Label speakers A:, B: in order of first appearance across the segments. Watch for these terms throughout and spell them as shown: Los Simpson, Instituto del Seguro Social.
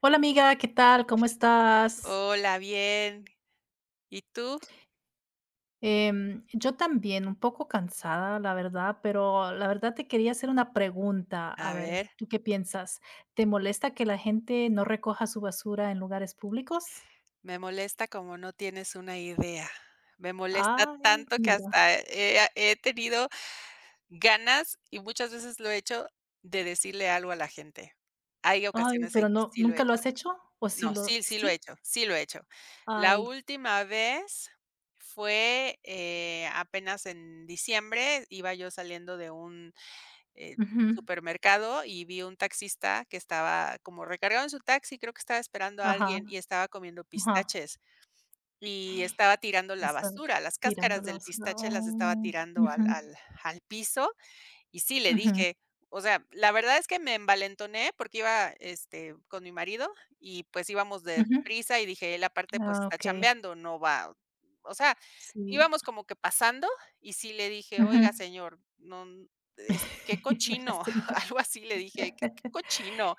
A: Hola amiga, ¿qué tal? ¿Cómo estás?
B: Hola, bien. ¿Y tú?
A: Yo también, un poco cansada, la verdad, pero la verdad te quería hacer una pregunta. A
B: A
A: ver,
B: ver,
A: ¿tú qué piensas? ¿Te molesta que la gente no recoja su basura en lugares públicos?
B: me molesta como no tienes una idea. Me molesta
A: Ay,
B: tanto que
A: mira.
B: hasta he tenido ganas, y muchas veces lo he hecho, de decirle algo a la gente. Hay
A: Ay,
B: ocasiones en
A: pero
B: que
A: no,
B: sí lo he
A: ¿nunca lo
B: hecho.
A: has hecho? ¿O sí
B: No,
A: lo,
B: sí, sí lo he
A: sí?
B: hecho, sí lo he hecho. La
A: Ay,
B: última vez fue, apenas en diciembre, iba yo saliendo de un eh,
A: ujú.
B: supermercado y vi un taxista que estaba como recargado en su taxi, creo que estaba esperando a
A: Ajá,
B: alguien y estaba comiendo
A: ajá.
B: pistaches y estaba tirando la
A: Está
B: basura, las
A: tirando
B: cáscaras
A: la
B: del
A: basura.
B: pistache las estaba
A: Oh,
B: tirando
A: ujú,
B: al piso y sí, le
A: ujú,
B: dije, o sea, la verdad es que me envalentoné porque iba, este, con mi marido y, pues, íbamos de
A: ujú.
B: prisa y dije: "Él aparte, pues,
A: Ah,
B: está
A: ok,
B: chambeando, no va", o sea,
A: sí.
B: íbamos como que pasando y sí le dije: "Oiga, señor, no, es qué
A: Vaya
B: cochino",
A: señor.
B: algo así le dije: "Qué cochino".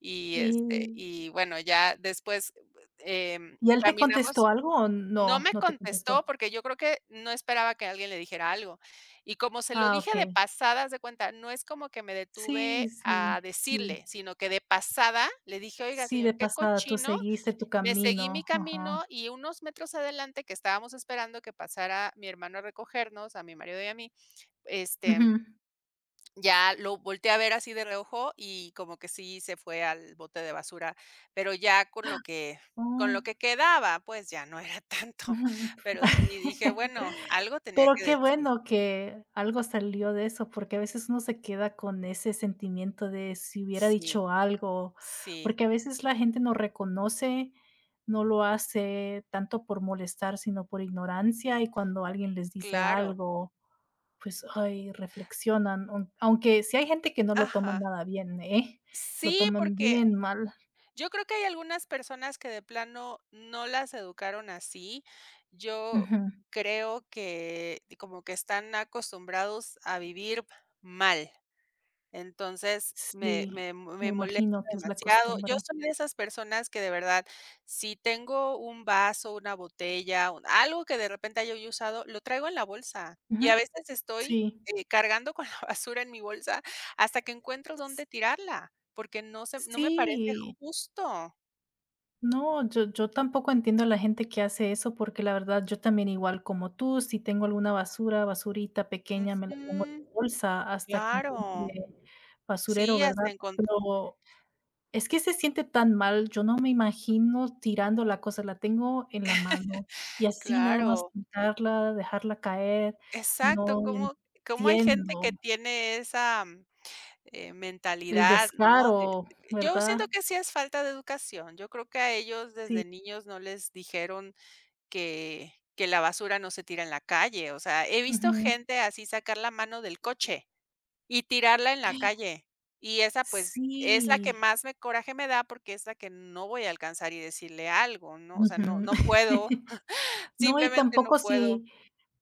B: Y, este,
A: ¿Y
B: y bueno, ya después,
A: y él te
B: caminamos.
A: contestó algo o
B: No
A: no,
B: me
A: no te contestó?
B: contestó porque yo creo que no esperaba que alguien le dijera algo. Y como se lo
A: Ah,
B: dije de
A: okey.
B: pasada, haz de cuenta, no es como que me
A: Sí,
B: detuve a
A: sí,
B: decirle,
A: sí.
B: sino que de pasada le dije: "Oiga,
A: Sí,
B: señor,
A: de
B: qué
A: pasada, tú
B: cochino".
A: seguiste tu
B: Me seguí mi
A: camino. Ajá.
B: camino y unos metros adelante, que estábamos esperando que pasara mi hermano a recogernos, a mi marido y a mí, este,
A: Ujú.
B: ya lo volteé a ver así de reojo y como que sí se fue al bote de basura, pero ya con lo que con lo
A: Oh.
B: que quedaba, pues ya no era tanto,
A: Ujú.
B: pero sí dije, bueno, algo tenía
A: Pero
B: que
A: qué
B: decir.
A: bueno que algo salió de eso, porque a veces uno se queda con ese sentimiento de si hubiera
B: Sí,
A: dicho algo,
B: sí,
A: porque a veces la gente no reconoce, no lo hace tanto por molestar, sino por ignorancia, y cuando alguien les dice
B: claro.
A: algo, pues, ay, reflexionan, aunque sí hay gente que no lo toma
B: Ajá.
A: nada bien, ¿eh? Lo
B: Sí,
A: toman
B: porque
A: bien mal.
B: yo creo que hay algunas personas que de plano no las educaron así. Yo
A: Ujú.
B: creo que como que están acostumbrados a vivir mal. Entonces, me
A: Sí,
B: me me
A: me
B: molesta
A: imagino que es la
B: demasiado. Yo
A: costumbre.
B: soy de esas personas que de verdad, si tengo un vaso, una botella, un algo que de repente haya yo usado, lo traigo en la bolsa. Y
A: Ujú,
B: a veces estoy,
A: sí.
B: cargando con la basura en mi bolsa hasta que encuentro dónde
A: S
B: tirarla, porque no se no me parece
A: Sí,
B: justo.
A: no, yo tampoco entiendo a la gente que hace eso, porque la verdad yo también igual como tú, si tengo alguna basura, basurita pequeña, me la pongo en
B: Ujú.
A: mi bolsa hasta que
B: Claro.
A: encuentre basurero,
B: Sí, hasta
A: ¿verdad?
B: encontrar.
A: Pero es que se siente tan mal, yo no me imagino tirando la cosa, la tengo en la mano y así nada más
B: Claro.
A: soltarla, dejarla caer,
B: Exacto,
A: no
B: ¿cómo hay gente
A: entiendo
B: que tiene esa
A: el
B: mentalidad? ¿No?
A: descaro,
B: De Yo
A: ¿verdad?
B: siento que sí es falta de educación. Yo creo que a ellos
A: Sí,
B: desde niños no les dijeron que la basura no se tira en la calle. O sea, he visto
A: ujú.
B: gente así sacar la mano del coche y tirarla en la calle. Y esa, pues, es la que
A: Sí.
B: más me coraje me da, porque es la que no voy a alcanzar y decirle algo, ¿no? O sea, no
A: Ujú.
B: no puedo,
A: No, y
B: simplemente no
A: tampoco
B: puedo.
A: si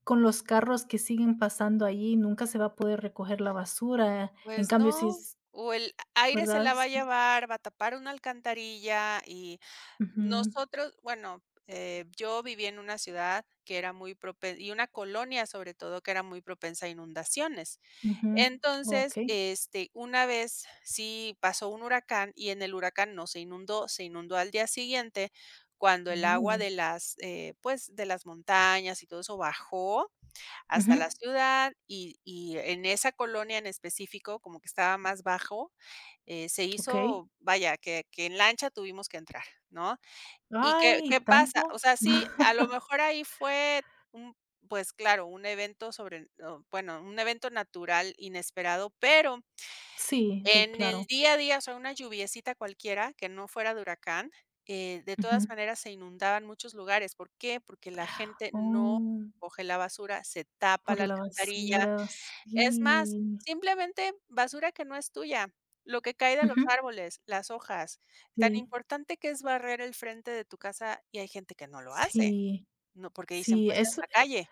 A: con los carros que siguen pasando allí, nunca se va a poder recoger la basura. En
B: Pues
A: cambio, si
B: no,
A: es
B: o el aire se
A: ¿verdad?
B: la va a
A: S
B: llevar, va a tapar una alcantarilla y
A: ujú,
B: nosotros, bueno, yo viví en una ciudad que era muy propen y una colonia sobre todo que era muy propensa a inundaciones.
A: ujú.
B: Entonces,
A: Okey.
B: este, una vez sí pasó un huracán y en el huracán no se inundó, se inundó al día siguiente cuando el agua
A: Uh,
B: de las, pues, de las montañas y todo eso bajó hasta
A: ujú,
B: la ciudad y en esa colonia en específico, como que estaba más bajo, se
A: okey.
B: hizo, vaya, que en lancha tuvimos que entrar, ¿no? ¿Y qué
A: Ay,
B: qué pasa?
A: ¿tanto?
B: O sea, sí, a lo mejor ahí fue un, pues claro, un evento sobre, o bueno, un evento natural inesperado, pero
A: Sí, sí,
B: en el
A: claro.
B: día a día, o sea, una lluviecita cualquiera que no fuera de huracán, de todas
A: Ujú.
B: maneras se inundaban muchos lugares. ¿Por qué? Porque la gente no
A: Oh,
B: coge la basura, se tapa
A: por
B: la
A: la
B: alcantarilla,
A: basura,
B: es más,
A: sí.
B: simplemente basura que no es tuya, lo que cae de los
A: Ujú,
B: árboles, las hojas, tan
A: sí,
B: importante que es barrer el frente de tu casa, y hay gente que no lo hace,
A: sí,
B: no, porque dicen,
A: sí,
B: pues, es la calle,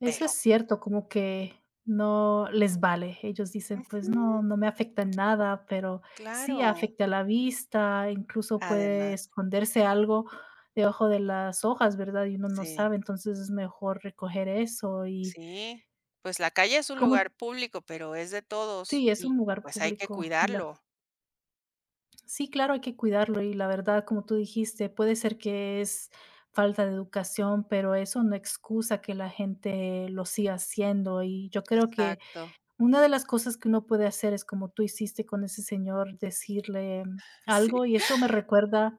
A: eso es
B: pero
A: cierto, como que no les vale. Ellos dicen, pues no,
B: ujú,
A: no me afecta en nada, pero sí
B: claro,
A: afecta a la vista, incluso puede
B: además,
A: esconderse algo debajo de las hojas, ¿verdad? Y uno no
B: sí,
A: sabe, entonces es mejor recoger eso y
B: sí, pues, la calle es un
A: como
B: lugar público, pero es de todos
A: sí, es
B: y,
A: un lugar
B: pues, hay que
A: público.
B: cuidarlo.
A: Sí, claro, hay que cuidarlo y la verdad, como tú dijiste, puede ser que es falta de educación, pero eso no excusa que la gente lo siga haciendo y yo creo que
B: Exacto,
A: una de las cosas que uno puede hacer es como tú hiciste con ese señor, decirle
B: sí,
A: algo, y eso me recuerda,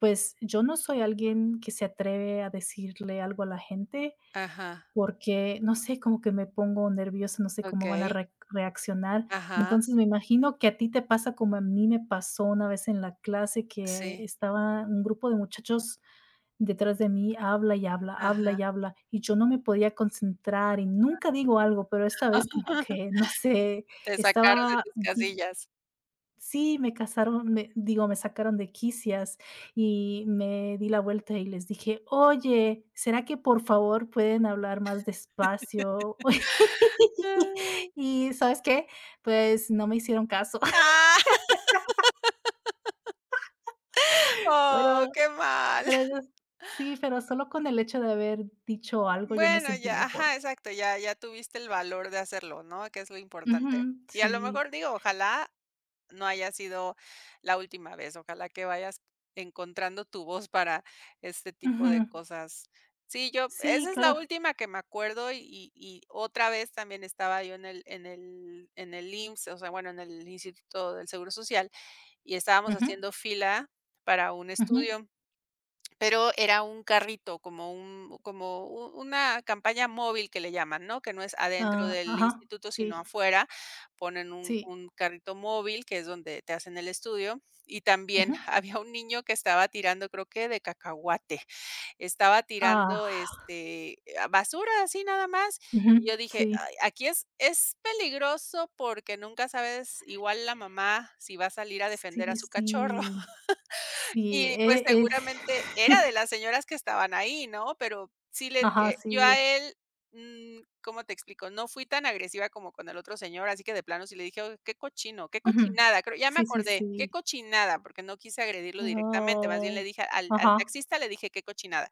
A: pues, yo no soy alguien que se atreve a decirle algo a la gente,
B: ajá,
A: porque, no sé, como que me pongo nerviosa, no sé cómo van a
B: okey,
A: re reaccionar.
B: ajá,
A: Entonces, me imagino que a ti te pasa como a mí me pasó una vez en la clase que
B: sí,
A: estaba un grupo de muchachos detrás de mí habla
B: ajá,
A: y habla, y yo no me podía concentrar y nunca digo algo, pero esta vez como que, no sé,
B: te sacaron de
A: estaba
B: tus
A: vi
B: casillas.
A: sí, me casaron, me digo, me sacaron de quicias y me di la vuelta y les dije: "Oye, ¿será que por favor pueden hablar más despacio?"
B: Ah,
A: Y, ¿sabes qué? Pues no me hicieron caso.
B: oh,
A: pero
B: qué mal.
A: pero yo sí, pero solo con el hecho de haber dicho algo yo me
B: Bueno,
A: sentí
B: ya,
A: mejor.
B: ajá, exacto, ya ya tuviste el valor de hacerlo, ¿no? Que es lo
A: Ujú,
B: importante. Y a lo
A: sí,
B: mejor digo, ojalá no haya sido la última vez, ojalá que vayas encontrando tu voz para este tipo
A: ujú.
B: de cosas. Sí, yo esa
A: Sí,
B: es la
A: claro.
B: última que me acuerdo y otra vez también estaba yo en el IMSS, o sea, bueno, en el Instituto del Seguro Social, y estábamos
A: Ujú,
B: haciendo fila para un
A: ujú.
B: estudio. Pero era un carrito, como un como u una campaña móvil que le llaman, ¿no? Que no es adentro
A: Ah,
B: del
A: ajá,
B: instituto, sino
A: sí,
B: afuera. Ponen un
A: sí,
B: un carrito móvil, que es donde te hacen el estudio, y también
A: ujú.
B: había un niño que estaba tirando, creo que de cacahuate. Estaba
A: Ah,
B: tirando, este, a basura, así nada más. Y
A: ujú,
B: yo dije:
A: sí,
B: "Ay, aquí es peligroso porque nunca sabes, igual la mamá, si va a salir a defender a
A: sí,
B: su cachorro".
A: sí, sí,
B: Y, pues,
A: es
B: seguramente era de las señoras que estaban ahí, ¿no? Pero sí le
A: ajá,
B: yo
A: sí,
B: a
A: de
B: él, ¿cómo te explico? No fui tan agresiva como con el otro señor, así que de plano sí le dije: "Oye, qué cochino, qué
A: ujú.
B: cochinada", creo ya me
A: Sí, sí,
B: acordé, qué
A: sí.
B: cochinada, porque no quise agredirlo directamente, más bien le
A: Oh,
B: dije al
A: ajá,
B: taxista, le dije: "Qué cochinada".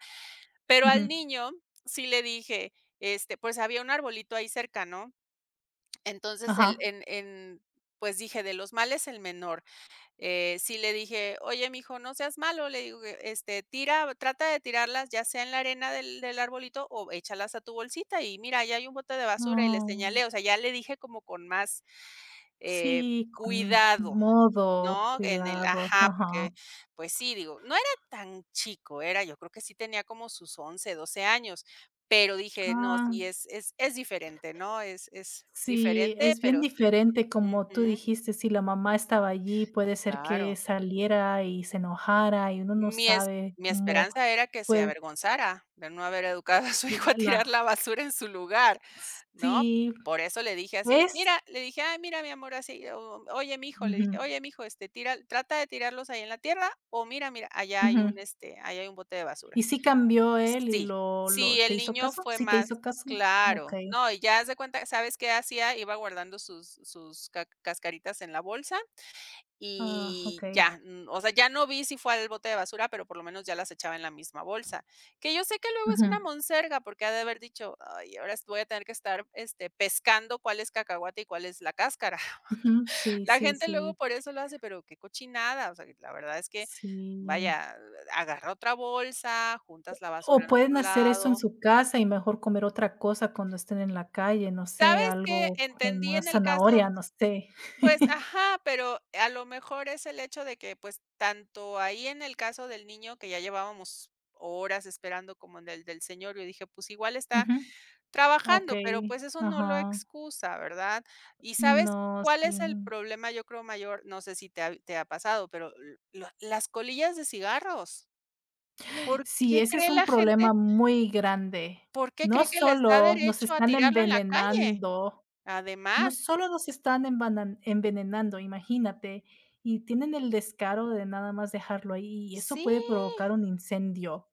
B: Pero
A: ujú,
B: al niño sí le dije, este, pues, había un arbolito ahí cerca, ¿no? Entonces, el
A: ajá.
B: en pues, dije: "De los males el menor", sí le dije: "Oye, mijo, no seas malo", le digo que, este, tira trata de tirarlas, ya sea en la arena del arbolito o échalas a tu bolsita y mira, ya hay un bote de basura y le
A: Oh,
B: señalé, o sea, ya le dije como con más, eh,
A: sí, con
B: cuidado,
A: modo,
B: ¿no? En el
A: cuidado,
B: ajá, porque,
A: ajá.
B: pues sí, digo, no era tan chico, era yo creo que sí tenía como sus 11, 12 años, pero dije: "No,
A: Ah.
B: sí es diferente", ¿no? Es
A: Sí,
B: diferente,
A: es bien
B: pero sí.
A: diferente, como tú
B: Ujú,
A: dijiste, si la mamá estaba allí, puede ser que
B: claro.
A: saliera y se enojara, y uno no
B: Mi es
A: sabe
B: mi
A: cómo,
B: esperanza era que se
A: pues,
B: avergonzara de no haber educado a su hijo a
A: la
B: tirar la basura en su lugar, ¿no?
A: sí,
B: Por eso le dije así,
A: es
B: mira, le dije: "Ay, mira, mi amor", así, o oye, mijo, le
A: ujú,
B: dije: "Oye, mijo, este, tira trata de tirarlos ahí en la tierra, o mira, mira, allá hay
A: ujú.
B: un, este, allá hay un bote de basura".
A: ¿Y sí cambió él y
B: Sí,
A: lo
B: sí,
A: lo te
B: el
A: hizo
B: niño
A: caso?
B: fue
A: ¿Sí te
B: más
A: hizo caso?
B: claro.
A: Okey.
B: No, y ya haz de cuenta, ¿sabes qué hacía? Iba guardando sus sus ca cascaritas en la bolsa
A: Ah,
B: y
A: okey.
B: ya, o sea, ya no vi si fue al bote de basura, pero por lo menos ya las echaba en la misma bolsa, que yo sé que luego es
A: Ujú,
B: una monserga, porque ha de haber dicho: "Ay, ahora voy a tener que estar, este, pescando cuál es cacahuate y cuál es la cáscara".
A: ujú. Sí,
B: La
A: sí,
B: gente luego
A: sí,
B: por eso lo hace, pero qué cochinada, o sea, la verdad es que,
A: sí.
B: vaya, agarra otra bolsa, juntas la basura
A: O
B: en
A: pueden
B: otro
A: hacer eso en
B: lado.
A: su casa y mejor comer otra cosa cuando estén en la calle, no sé,
B: ¿Sabes qué?
A: algo como
B: Entendí
A: una
B: en el caso
A: zanahoria, no sé.
B: Pues, ajá, pero a lo mejor es el hecho de que, pues, tanto ahí en el caso del niño que ya llevábamos horas esperando como en el del señor, yo dije: "Pues igual está
A: Ujú.
B: trabajando", pero,
A: Okey,
B: pues, eso no lo
A: ajá.
B: excusa, ¿verdad? ¿Y sabes
A: No,
B: cuál es el
A: sí.
B: problema, yo creo, mayor? No sé si te ha pasado, pero l lo las colillas de cigarros. ¿Por
A: Sí,
B: qué
A: ese es
B: cree
A: un
B: la gente,
A: problema muy grande.
B: por qué
A: No
B: cree que les da
A: solo nos
B: derecho a
A: están
B: tirarlo en la calle?
A: envenenando, no
B: Además,
A: solo nos están envanan envenenando, imagínate, y tienen el descaro de nada más dejarlo ahí, y eso
B: sí,
A: puede provocar un incendio.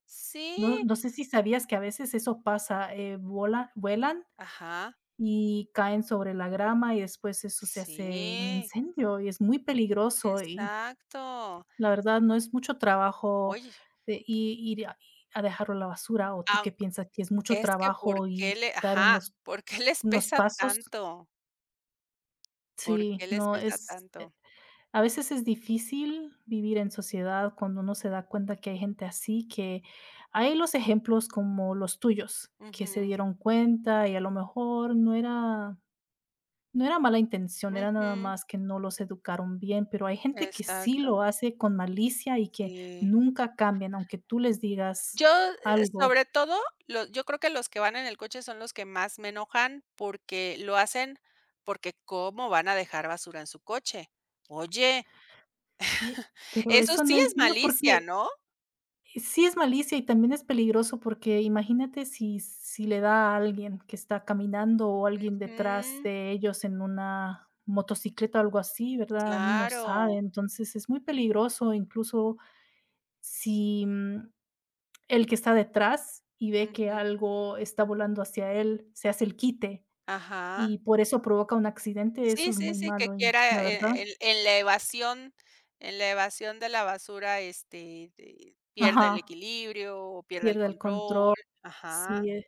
A: No
B: sí,
A: no sé si sabías que a veces eso pasa, vola vuelan
B: ajá.
A: y caen sobre la grama y después eso se hace un
B: Sí,
A: incendio y es muy peligroso y
B: exacto.
A: la verdad no es mucho trabajo
B: Oye,
A: de i ir a dejarlo a la basura, ¿o tú
B: aun
A: qué piensas? ¿Que es mucho
B: es que, ¿por
A: trabajo
B: qué
A: ir,
B: le?
A: dar
B: Ajá, ¿por qué les
A: unos
B: pesa
A: pasos?
B: tanto? ¿Por
A: Sí,
B: qué les
A: no
B: pesa
A: es.
B: tanto?
A: A veces es difícil vivir en sociedad cuando uno se da cuenta que hay gente así, que hay los ejemplos como los tuyos, que se
B: Ujú,
A: dieron cuenta y a lo mejor no era mala intención, era nada
B: ujú,
A: más que no los educaron bien, pero hay gente que sí
B: exacto,
A: lo hace con malicia y que
B: sí.
A: nunca cambian, aunque tú les digas
B: Yo,
A: algo.
B: sobre todo, lo yo creo que los que van en el coche son los que más me enojan, porque lo hacen porque, ¿cómo van a dejar basura en su coche? Oye,
A: eh, pero
B: eso
A: eso
B: sí
A: no
B: es
A: entiendo por
B: malicia,
A: qué
B: ¿no?
A: sí es malicia y también es peligroso porque imagínate si si le da a alguien que está caminando o alguien detrás
B: Ujú,
A: de ellos en una motocicleta o algo así, ¿verdad? Uno no sabe,
B: claro,
A: entonces es muy peligroso, incluso si, el que está detrás y ve que
B: ujú.
A: algo está volando hacia él, se hace el quite y
B: Ajá.
A: por eso provoca un accidente, eso
B: Sí,
A: es
B: sí,
A: muy
B: sí, que
A: malo, y la
B: quiera,
A: verdad
B: en en la evasión la evasión de la basura, este, de pierda el
A: ajá,
B: equilibrio o pierda el
A: pierde el
B: control.
A: control,
B: Ajá,
A: sí,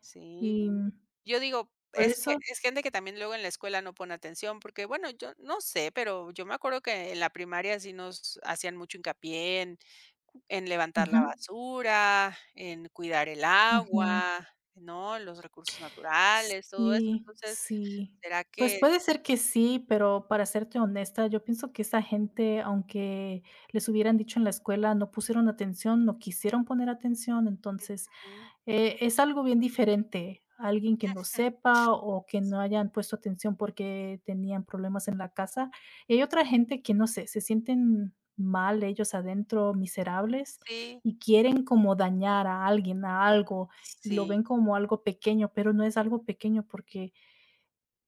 B: sí.
A: y mm,
B: Yo digo,
A: por
B: es que
A: eso
B: es gente que también luego en la escuela no pone atención, porque, bueno, yo no sé, pero yo me acuerdo que en la primaria sí nos hacían mucho hincapié en levantar
A: ujú,
B: la basura, en cuidar el
A: ujú.
B: agua, ¿no? Los recursos naturales, todo eso.
A: Sí,
B: Entonces,
A: sí.
B: ¿será
A: Pues
B: que?
A: puede ser que sí, pero para serte honesta, yo pienso que esa gente, aunque les hubieran dicho en la escuela, no pusieron atención, no quisieron poner atención, entonces es algo bien diferente, alguien que no sepa o que no hayan puesto atención porque tenían problemas en la casa. Y hay otra gente que, no sé, se sienten mal ellos adentro, miserables,
B: Sí,
A: y quieren como dañar a alguien, a algo, y lo
B: sí,
A: ven como algo pequeño, pero no es algo pequeño porque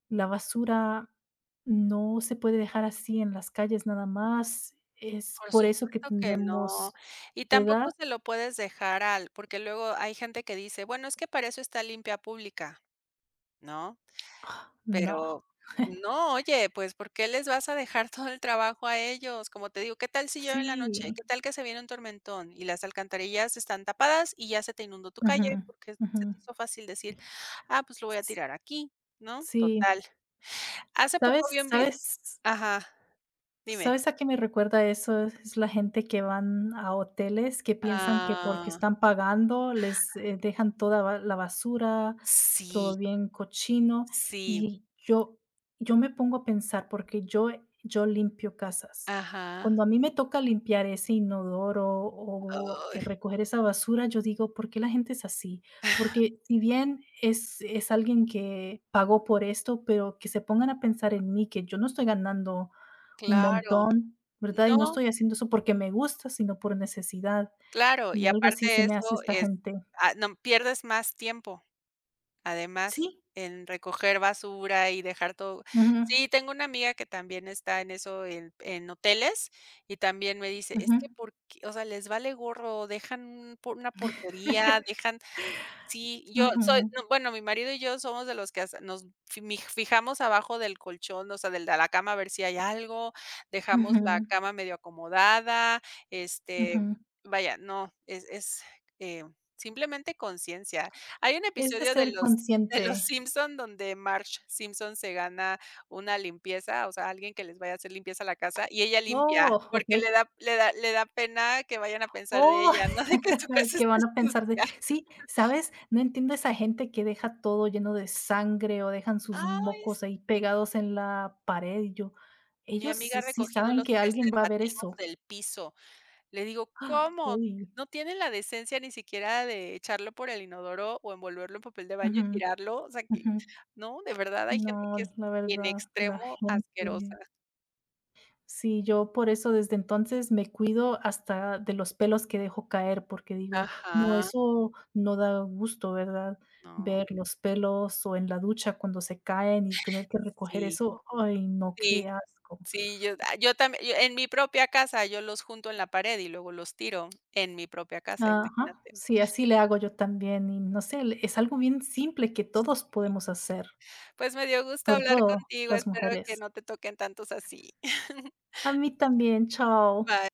A: la basura no se puede dejar así en las calles nada más. Es
B: por
A: por eso que
B: supuesto que no.
A: tenemos,
B: Y tampoco
A: ¿verdad?
B: se lo puedes dejar al, porque luego hay gente que dice: "Bueno, es que para eso está limpia pública", ¿no?
A: No.
B: Pero no, oye, pues, ¿por qué les vas a dejar todo el trabajo a ellos? Como te digo, ¿qué tal si llueve en la
A: Sí.
B: noche? ¿Qué tal que se viene un tormentón y las alcantarillas están tapadas y ya se te inundó tu
A: Ujú,
B: calle? Porque
A: ujú.
B: se te hizo fácil decir: "Ah, pues, lo voy a
A: S
B: tirar aquí", ¿no?
A: Sí,
B: Total. Hace poco
A: ¿sabes?
B: vi un vi
A: ¿Sabes?
B: ajá, dime.
A: ¿Sabes a qué me recuerda eso? Es la gente que van a hoteles que piensan que porque
B: Ah.
A: están pagando les dejan la basura,
B: Sí,
A: todo bien cochino.
B: sí,
A: Y yo, yo me pongo a pensar porque yo limpio casas.
B: ajá,
A: Cuando a mí me toca limpiar ese inodoro o
B: ay,
A: recoger esa basura, yo digo, ¿por qué la gente es así? Porque si bien es alguien que pagó por esto, pero que se pongan a pensar en mí, que yo no estoy ganando un
B: claro,
A: montón, ¿verdad? Y no
B: no,
A: estoy haciendo eso porque me gusta, sino por necesidad,
B: claro,
A: y
B: y
A: algo
B: aparte
A: así
B: de
A: se me hace
B: eso
A: esta
B: es
A: gente.
B: ah, no, pierdes más tiempo, además,
A: Sí,
B: en recoger basura y dejar todo.
A: ujú,
B: Sí, tengo una amiga que también está en eso, en hoteles, y también me dice: "Es
A: ujú,
B: que porque, o sea, les vale gorro, dejan un por una porquería, dejan". Sí, yo soy
A: ujú,
B: no, bueno, mi marido y yo somos de los que hasta nos fi mij fijamos abajo del colchón, o sea, del de la cama a ver si hay algo, dejamos la
A: ujú,
B: cama medio acomodada, este,
A: ujú.
B: vaya, no, eh, simplemente conciencia. Hay un
A: Es de
B: episodio de
A: ser
B: los de Los
A: consciente.
B: Simpson donde Marge Simpson se gana una limpieza, o sea, alguien que les vaya a hacer limpieza a la casa, y ella limpia,
A: Oh,
B: porque le
A: okey.
B: da le da le da pena que vayan a pensar de
A: Oh,
B: ella, ¿no?, de que su casa
A: ¿qué
B: esté
A: van a pensar de?
B: sucia.
A: Sí, ¿sabes? No entiendo esa gente que deja todo lleno de sangre o dejan sus
B: Ay,
A: mocos ahí
B: sí.
A: pegados en la pared, y yo,
B: Mi
A: ellos
B: amiga ha
A: sí
B: recogido
A: saben
B: los
A: que alguien va a ver
B: preservativos
A: eso.
B: del piso. Le digo:
A: ¡Ah!
B: "¿Cómo?
A: Uy,
B: No tienen la decencia ni siquiera de echarlo por el inodoro o envolverlo en papel de baño y tirarlo". O sea que
A: ujú.
B: no, de verdad hay gente
A: No,
B: que es
A: la
B: en
A: verdad, la
B: extremo asquerosa.
A: gente sí, yo por eso desde entonces me cuido hasta de los pelos que dejo caer, porque digo: "No,
B: Ajá,
A: eso no da gusto", ¿verdad?
B: no.
A: Ver los pelos o en la ducha cuando se caen y tener que recoger
B: Sí,
A: eso, ay, no, qué
B: sí,
A: asco.
B: sí, yo también yo en mi propia casa, yo los junto en la pared y luego los tiro en mi propia casa,
A: Ajá,
B: imagínate.
A: sí, así le hago yo también y no sé, es algo bien simple que todos
B: Sí.
A: podemos hacer,
B: Pues me dio gusto
A: sobre
B: hablar
A: todo
B: contigo,
A: las
B: espero que
A: mujeres.
B: no te toquen tantos así.
A: A mí también, chao.
B: Bye.